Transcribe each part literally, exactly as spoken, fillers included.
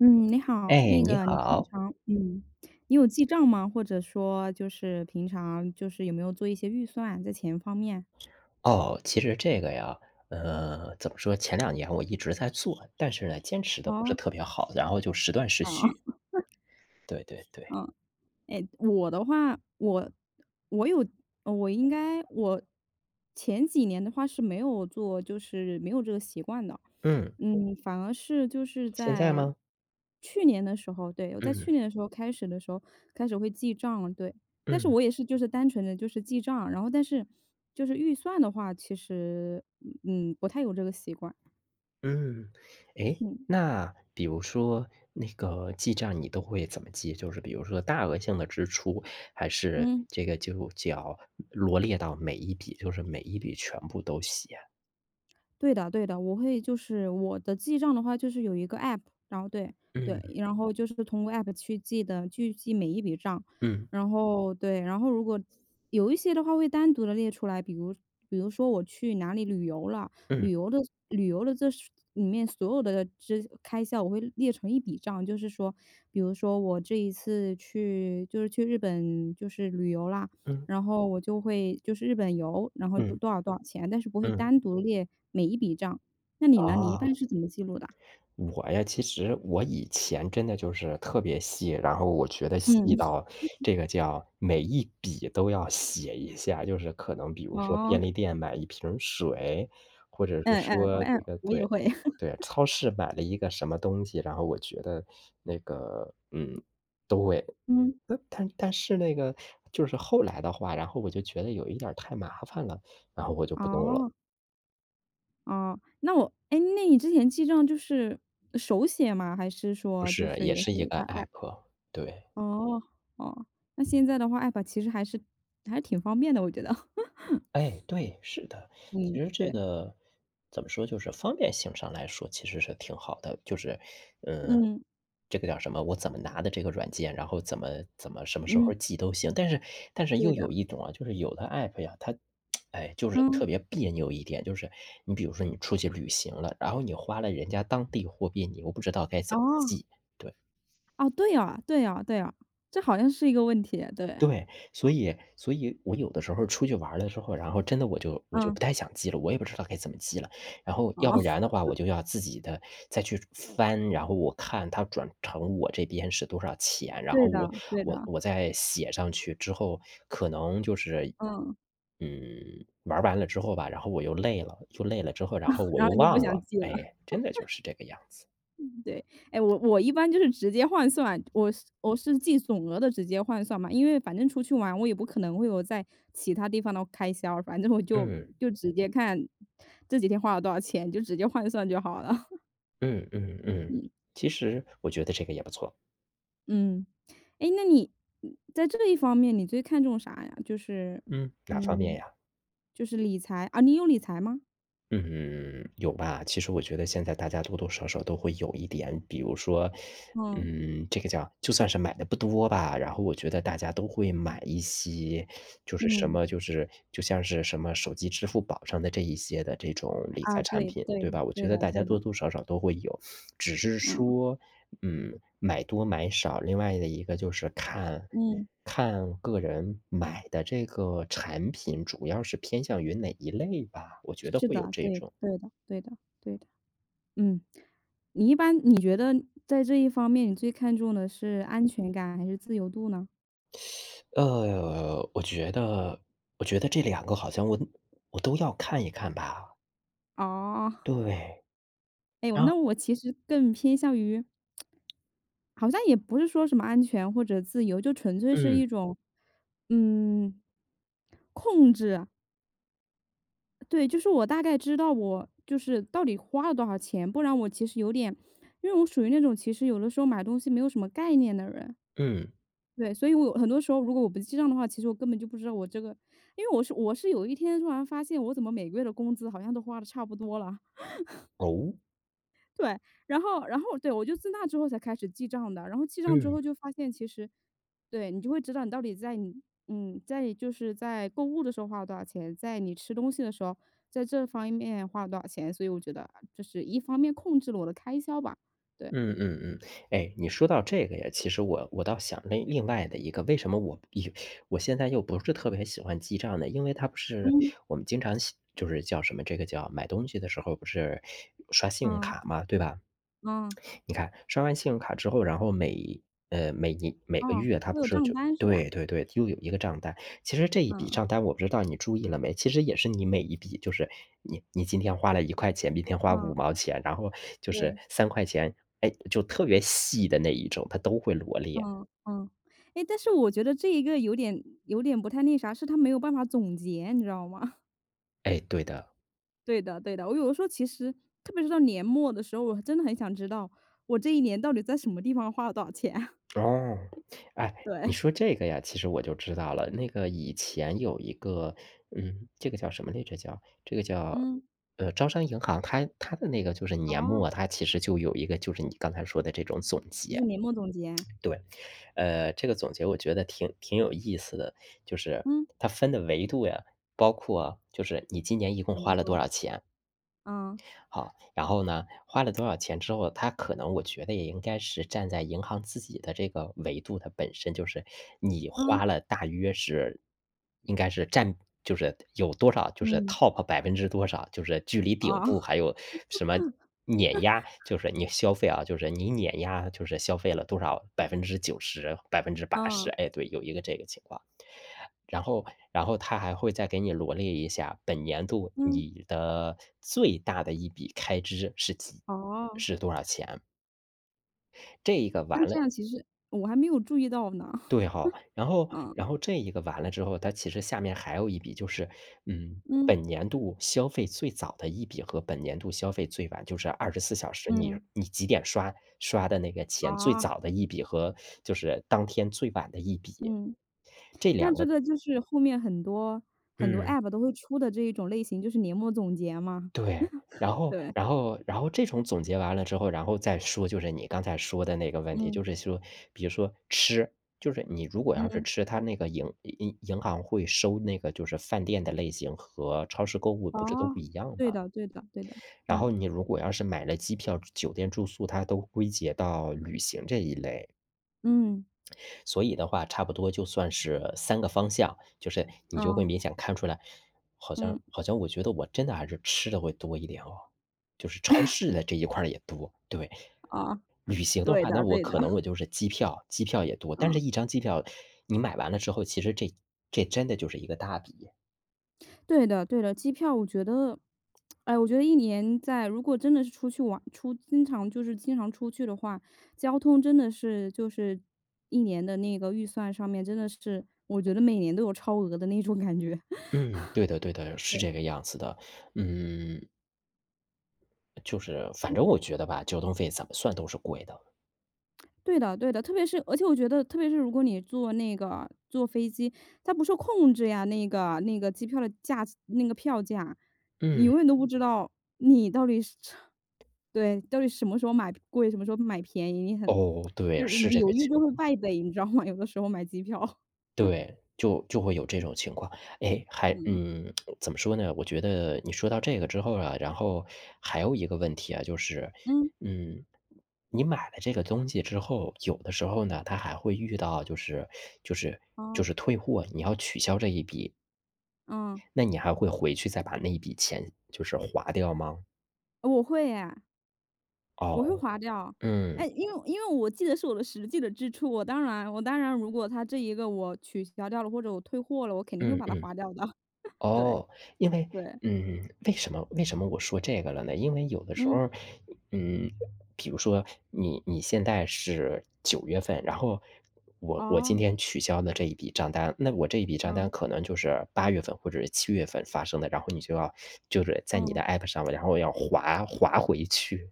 嗯，你好，哎，那你个你平好。常嗯，你有记账吗？或者说就是平常就是有没有做一些预算在钱方面？哦，其实这个呀，呃，怎么说，前两年我一直在做，但是呢，坚持的不是哦，特别好，然后就时断时续。哦，对对对，嗯，哎，我的话，我我有，呃我应该我前几年的话是没有做，就是没有这个习惯的。嗯，嗯，反而是就是现在在吗？去年的时候，对，我在去嗯，年的时候开始的时候，开始会记账了，对。但是嗯，我也是就是单纯的就是记账，然后但是就是预算的话，其实，嗯，不太有这个习惯，嗯。哎，嗯，那比如说那个记账你都会怎么记？就是比如说大额性的支出，还是嗯。这个就叫罗列到每一笔，就是每一笔全部都写？对的对的，我会就是我的记账的话，就是有一个 app，然后对对，嗯，然后就是通过 app 去记的，去记每一笔账，嗯，然后对，然后如果有一些的话会单独的列出来，比如比如说我去哪里旅游了，嗯，旅游的旅游的这是里面所有的支开销我会列成一笔账，就是说，比如说我这一次去就是去日本就是旅游啦，嗯，然后我就会就是日本游，然后多嗯，多少多少钱，但是不会嗯，单独列每一笔账。那你呢？你一啊。般是怎么记录的啊我呀，其实我以前真的就是特别细，然后我觉得细嗯，到这个叫每一笔都要写一下，就是可能比如说哦，便利店买一瓶水，或者是嗯嗯，我说这嗯，个我也对，会，对，超市买了一个什么东西，然后我觉得那个，嗯，都会。嗯，呃，但但是那个就是后来的话，然后我就觉得有一点儿太麻烦了，然后我就不弄了，哦，哦，那我哎，那你之前记账就是手写吗？还是不说就是，是也也是一是个 在 app？app，对。哦，哦，那现在的话，app 其实还是还是挺方便的，我觉得。哎，对，是的。其嗯，实这对，个怎么说，就是方便性上来说其实是挺好的，就是，嗯，嗯这个叫什么，我怎么拿的这个软件，然后怎么怎么什么时候嗯，寄都行。但是但是对又的，有一种啊，就是有的 App 呀，它，哎，就是特嗯，别别扭一点，就是你比如说你出去旅行了，然后你花了人家当地货币，你又不知道该怎么哦。寄，对。哦，对啊对啊对啊，这好像是一个问题，对。对，所以所以我有的时候出去玩儿了之后，然后真的我就我就嗯。不太想记了，我也不知道该怎么记了。然后要哦，不然 的话，我就要自己的再去翻，然后我看它转成我这边是多少钱，然对后我的对我的，我再写上去之后，可能就是，嗯，嗯，玩儿完了之后吧，然后我又累了，又累了之后，然后 我然又后你就不忘想了，记了，哎，真的就是这个样子。对。哎，我我一般就是直接换算，我是我是记总额的直接换算嘛，因为反正出去玩，我也不可能会有在其他地方的开销，反正我就嗯就直接看这几天花了多少钱，就直接换算就好了。嗯嗯 嗯，嗯其实我觉得这个也不错。嗯，诶，那你在这一方面你最看重啥呀？就是嗯，哪方面嗯，呀？就是理财啊，你有理财吗？嗯，有吧。其实我觉得现在大家多多少少都会有一点，比如说，嗯，嗯，这个叫就算是买的不多吧，然后我觉得大家都会买一些，就是什嗯，么就是就像是什么手机支付宝上的这一些的这种理啊，财产对，品，对对的，吧？我觉对的，得大对家多的，多少少都会有，只是嗯，说嗯，买多买少，另外的一个就是看嗯，看个人买的这个产品主要是偏向于哪一类吧，我觉得是会有的，这对，种。对的，对的，对的，嗯。你一般你觉得在这一方面，你最看重的是安全感还是自由度呢？呃，我觉得我觉得这两个好像我我都要看一看吧，哦，对，哎呦，然那后我其实更偏向于，好像也不是说什么安全或者自由，就纯粹是嗯，一种，嗯，控制。对，就是我大概知道我就是到底花了多少钱，不然我其实有点，因为我属于那种其实有的时候买东西没有什么概念的人，嗯，对，所以我有很多时候如果我不记账的话，其实我根本就不知道我这个，因为我是我是有一天突然发现我怎么每个月的工资好像都花的差不多了，哦，对，然后然后对，我就自那之后才开始记账的，然后记账之嗯。后就发现其实对，你就会知道你到底在你嗯，在就是在购物的时候花了多少钱，在你吃东西的时候，在这方面花了多少钱，所以我觉得就是一方面控制了我的开销吧，对。嗯嗯嗯，哎，你说到这个呀，其实我我倒想另另外的一个，为什么我一我现在又不是特别喜欢记账呢？因为他不是嗯。我们经常喜就是叫什么，这个叫买东西的时候不是刷信用嗯，卡嘛，对吧？嗯，你看，刷完信用卡之后，然后每呃，每年每个哦，月它会不有是账就单是吧？对对对，又有一个账单。其实这一笔嗯，账单我不知道你注意了没，其实也是你每一笔就是你你今天花了一块钱，明天花五嗯，毛钱，然后就是对，三块钱，哎，就特别细的那一种，它都会罗列。嗯，嗯。诶，但是我觉得这一个有点有点不太那啥，是他没有办法总结，你知道吗？哎，对的。对的，对的。我有的时候其实，特别是到年末的时候，我真的很想知道我这一年到底在什么地方花了多少钱啊。哦，哎，你对，说这个呀，其实我就知道了。那个以前有一个，嗯，这个叫什么来着？叫这个叫，嗯，呃，招商银行，它它的那个就是年哦，末，它其实就有一个，就是你刚才说的这种总就结。是年末总结。对，呃，这个总结我觉得挺挺有意思的，就是嗯，它分的维度呀，包括就是你今年一共怎么花了多说？少钱，嗯，好，然后呢，花了多少钱之后，它可能我觉得也应该是站在银行自己的这个维度，它本身就是你嗯，花了大约是应该是占就是有多少，就是 嗯，top 百分之多少，就是距离顶哦，部还有什么碾压，就是你消费啊，就是你碾压，就是消费了多少百分之九十百分之八十，嗯，哎，对，有一个这个情况。然后然后他还会再给你罗列一下，本年度嗯，你的最大的一笔开支是几哦，是多少钱。这一个完那这了样其实我还没有注意到呢。对哈，然后嗯，然后这一个完了之后，它其实下面还有一笔就是，嗯，嗯，本年度消费最早的一笔和本年度消费最晚，就是二十四小时你嗯，你几点刷刷的那个钱最啊，早的一笔和就是当天最晚的一笔。嗯，那这个就是后面很多很多 嗯。App 都会出的这一种类型，就是年末总结嘛。对，然后对，然后然后这种总结完了之后，然后再说就是你刚才说的那个问题，嗯，就是说，比如说吃，就是你如果要是嗯。吃，它那个银银银行会收那个就是饭店的类型和超市购物不是都哦，不一样对吗？的对的对的，然嗯，后你如果要是买了机票、酒店住宿，它都归结到旅行这一类。嗯，所以的话，差不多就算是三个方向，就是你就会哦，明显看出来，好像嗯，好像我觉得我真的还是吃的会多一点哦，就是超市的这一块儿也多，对。哦，旅行的对话，的那我对的，可能我就是机票机票也多，但是嗯，一张机票你买完了之后，其实这这真的就是一个大笔。对的对的。机票我觉得，哎，我觉得一年在如果真的是出去玩出经常就是经常出去的话，交通真的是就是一年的那个预算上面真的是，我觉得每年都有超额的那种感觉，嗯，对的对的，是对。这个样子的。嗯，就是反正我觉得吧，交通费怎么算都是贵的。对的，对的，特别是而且我觉得，特别是如果你坐那个坐飞机，它不受控制呀，那个那个机票的价那个票价，你嗯，永远都不知道你到底是 对，到底什么时候买贵，什么时候买便宜，你很哦，就对，是什是么这犹个豫情就会败北，你知道吗？有的时候买机票，对，就就会有这种情况。哎，还嗯，嗯，怎么说呢？我觉得你说到这个之后啊，然后还有一个问题啊，就是，嗯，嗯，你买了这个东西之后，有的时候呢，他还会遇到就是就是就哦，是退货，你要取消这一笔，嗯，那你还会回去再把那一笔钱就是划掉吗？我会呀。我会哦，划掉。嗯，哎，因为因为我记得是我的实际的支出，我当然我当然如果他这一个我取消掉了，或者我退货了，我肯定会嗯把它嗯。划掉的。对，哦，因为对，嗯，为什么为什么我说这个了呢？因为有的时嗯，候嗯，比如说你你现在是九月份，然后我我今哦，天取消的这一笔账单，那我这一笔账嗯，单可能就是八月份或者是七月份发生的，然后你就要就是在你的 嗯。App 上面，然后要划划回去。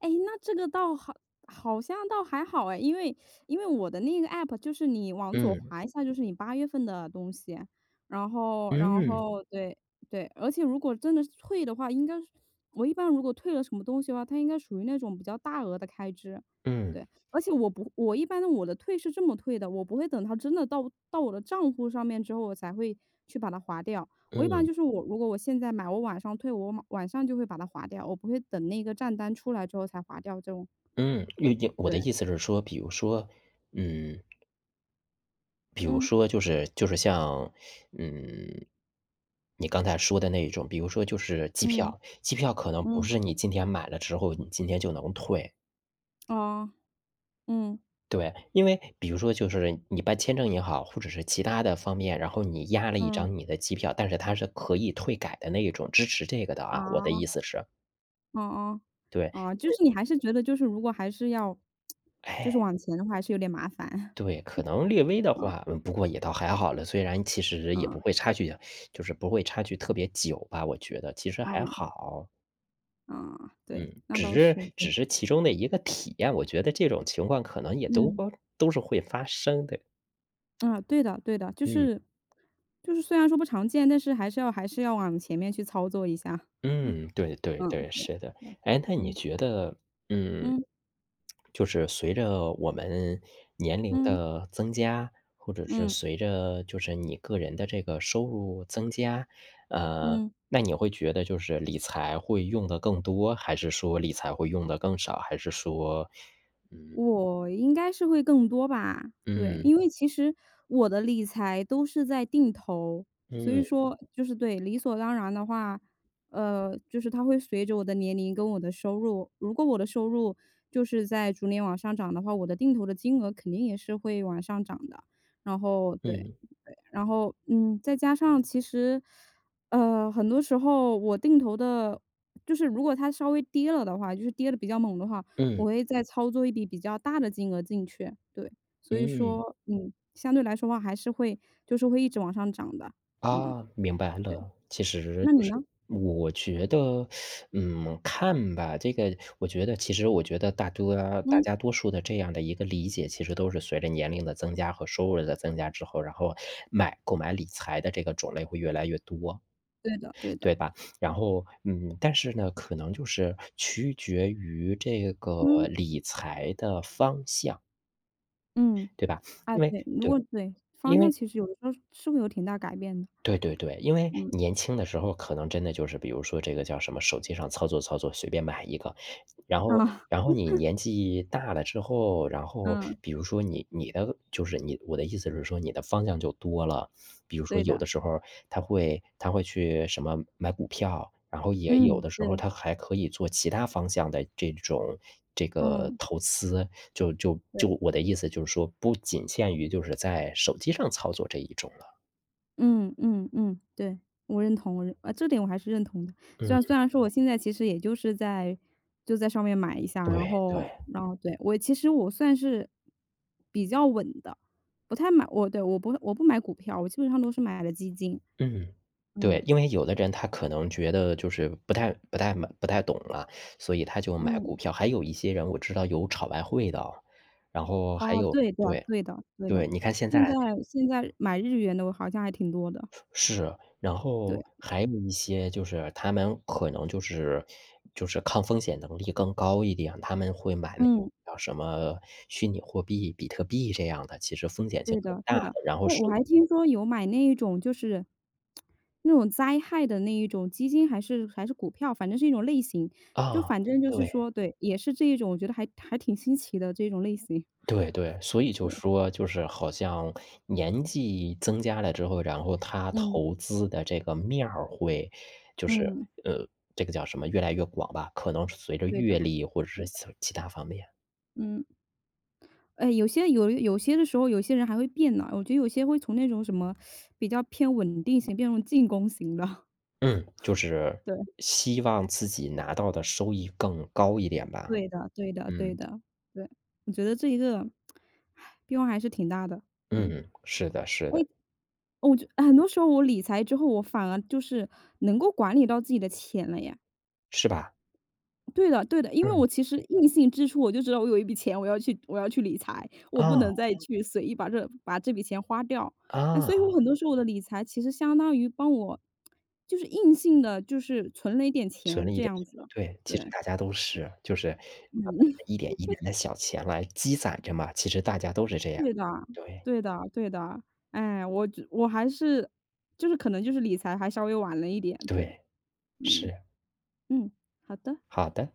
哎，那这个倒好好像倒还好哎，因为因为我的那个 app 就是你往左嗯，滑一下就是你八月份的东西，然后然嗯，后对对，而且如果真的是退的话，应该是我一般如果退了什么东西的话，它应该属于那种比较大额的开支。嗯，对，而且我不我一般的我的退是这么退的，我不会等它真的到到我的账户上面之后，我才会去把它划掉。我一般嗯，就是我如果我现在买，我晚上退，我马晚上就会把它划掉，我不会等那个账单出来之后才划掉这种。嗯，因为我对，的意思是说，比如说，嗯比如嗯说就是就是像，嗯，你刚才说的那一种，比如说就是机嗯票，机票可能不嗯，是你今天买了之后，你今天就能退。哦，嗯对，因为比如说就是你办签证也好，或者是其他的方面，然后你压了一嗯，张你的机票，但是它是可以退改的那一种，支持这个的啊，我啊，的哦意思是。哦对，哦，就是你还是觉得就是如果还是要，就哎，是往前的话，还是有点麻烦。对，可能略微的嗯话，嗯不过也倒还好了，虽然其实也不嗯会差距就是不会差距特别久吧，我觉得其实还嗯好。嗯，对，嗯，那只倒是是，嗯只是其中的一个体验，我觉得这种情况可能也都嗯都是会发生的。啊对的对的，就嗯，是就是虽然说不常见，但是还是要还是要往前面去操作一下。嗯，对对嗯，对，对，是的。对哎，那你嗯觉得，嗯，嗯。就是随着我们年龄嗯，的增加，或者是嗯，随着就是你个人的这个收入增加，呃，嗯。那你会觉得就是理财会用的更多，还是说理财会用的更少，还是说，嗯我应该是会更多吧，对，嗯因为其实我的理财都是在定投，所以嗯说就是对，理所当然的话，呃，就是它会随着我的年龄跟我的收入，如果我的收入就是在逐年往上涨的话，我的定投的金额肯定也是会往上涨的。然后对，嗯对，然后嗯，再加上其实，呃，很多时候我定投的，就是如果它稍微跌了的话，就是跌的比较猛的话，嗯。我会再操作一笔比较大的金额进去，对。所以嗯，说，嗯，相对来说的话还是会就是会一直往上涨的，嗯，啊，明白对。了。其实那就你呢？是我觉得，嗯，看吧，这个我觉得其实我觉得大多大嗯，家多数的这样的一个理解，其实都是随着年龄的增加和收入的增加之后，然后买购买理财的这个种类会越来越多，对的对的，对吧？然后，嗯，但是呢，可能就是取决于这个嗯，理财的方向，嗯，对吧？啊，因为对，如对，果对，方因向为其实有的时候是会有挺大改变的，对对对，因为嗯，年轻的时候可能真的就是比如说这个叫什么，手机上操作操作，随便买一个。然后啊，然 后你年纪大了之后，然后嗯，比如说你你的就是你我的意思是说你的方向就多了。比如说对有的，的时候他会他会去什么买股票，然后也有嗯，的时对，候他还可以做其他方向的这种这个嗯，投资。就就就对。我的意思就是说，不仅限于就是在手机上操作这一种了。嗯嗯嗯，对，我认同，我认啊，这点我还是认同的。虽然嗯。虽然说我嗯现在其实也就是在就在上面买一下，然对后对，然后对，我其实我算是比较稳的，不太买我对，我不我不买股票，我基本上都是买的基金。嗯。嗯，对，因为有的人他可能觉得就是不太不太买不太懂了，所以他就买嗯，股票。还有一些人我知道有炒外汇的哦，然后还哦，有对的对对的对的，对，你看现现在在现在买日元的我好像还挺多的，是，然后对，还有一些就是他们可能就是就是抗风险能力更高一点，他们会买那嗯。叫什么虚拟货币、比特币这样的，其实风险性对更的，大对的，的。然后哎，我收还听说有买那一种就是，那种灾害的那一种基金还是还是股票，反正是一种类型。就啊，反正就是对。说对，也是这一种，我觉得还还挺新奇的这种类型。对对，所以就对，说就是好像年纪增加了之后，然后他嗯，投资的这个面儿会就是，嗯，呃，这个叫什么，越来越广吧，可能是随着对的，阅历或者对是的，其其他方面。嗯。哎，有些有有些的时候，有些人还会变呢，我觉得有些会从那种什么比较偏稳定型变成进攻型的。嗯，就是对，希望自己拿到的收益更高一点吧。对的，对的，对嗯，的，对。我觉得这一个，唉变化还是挺大的，嗯。嗯，是的是的，我就很多时候我理财之后，我反而就是能够管理到自己的钱了呀。是吧？对的对的，因为嗯，我其实硬性支出，我就知道我有一笔钱，我要去我要去理财，我不能啊，再嗯去随意把这把这笔钱花掉。哎，所以我啊。很多时候我的理财其实相当于帮我就是硬性的，就是存了一点存钱了一这点样子。对，其实对，大家都是，就是慢慢地一点一点的小钱来积攒着嘛，其实大家都是这样。对的，对，对的对的。哎，我觉我还是就是可能就是理财还稍微晚了一点，对，对，嗯，是，嗯，好的。好的。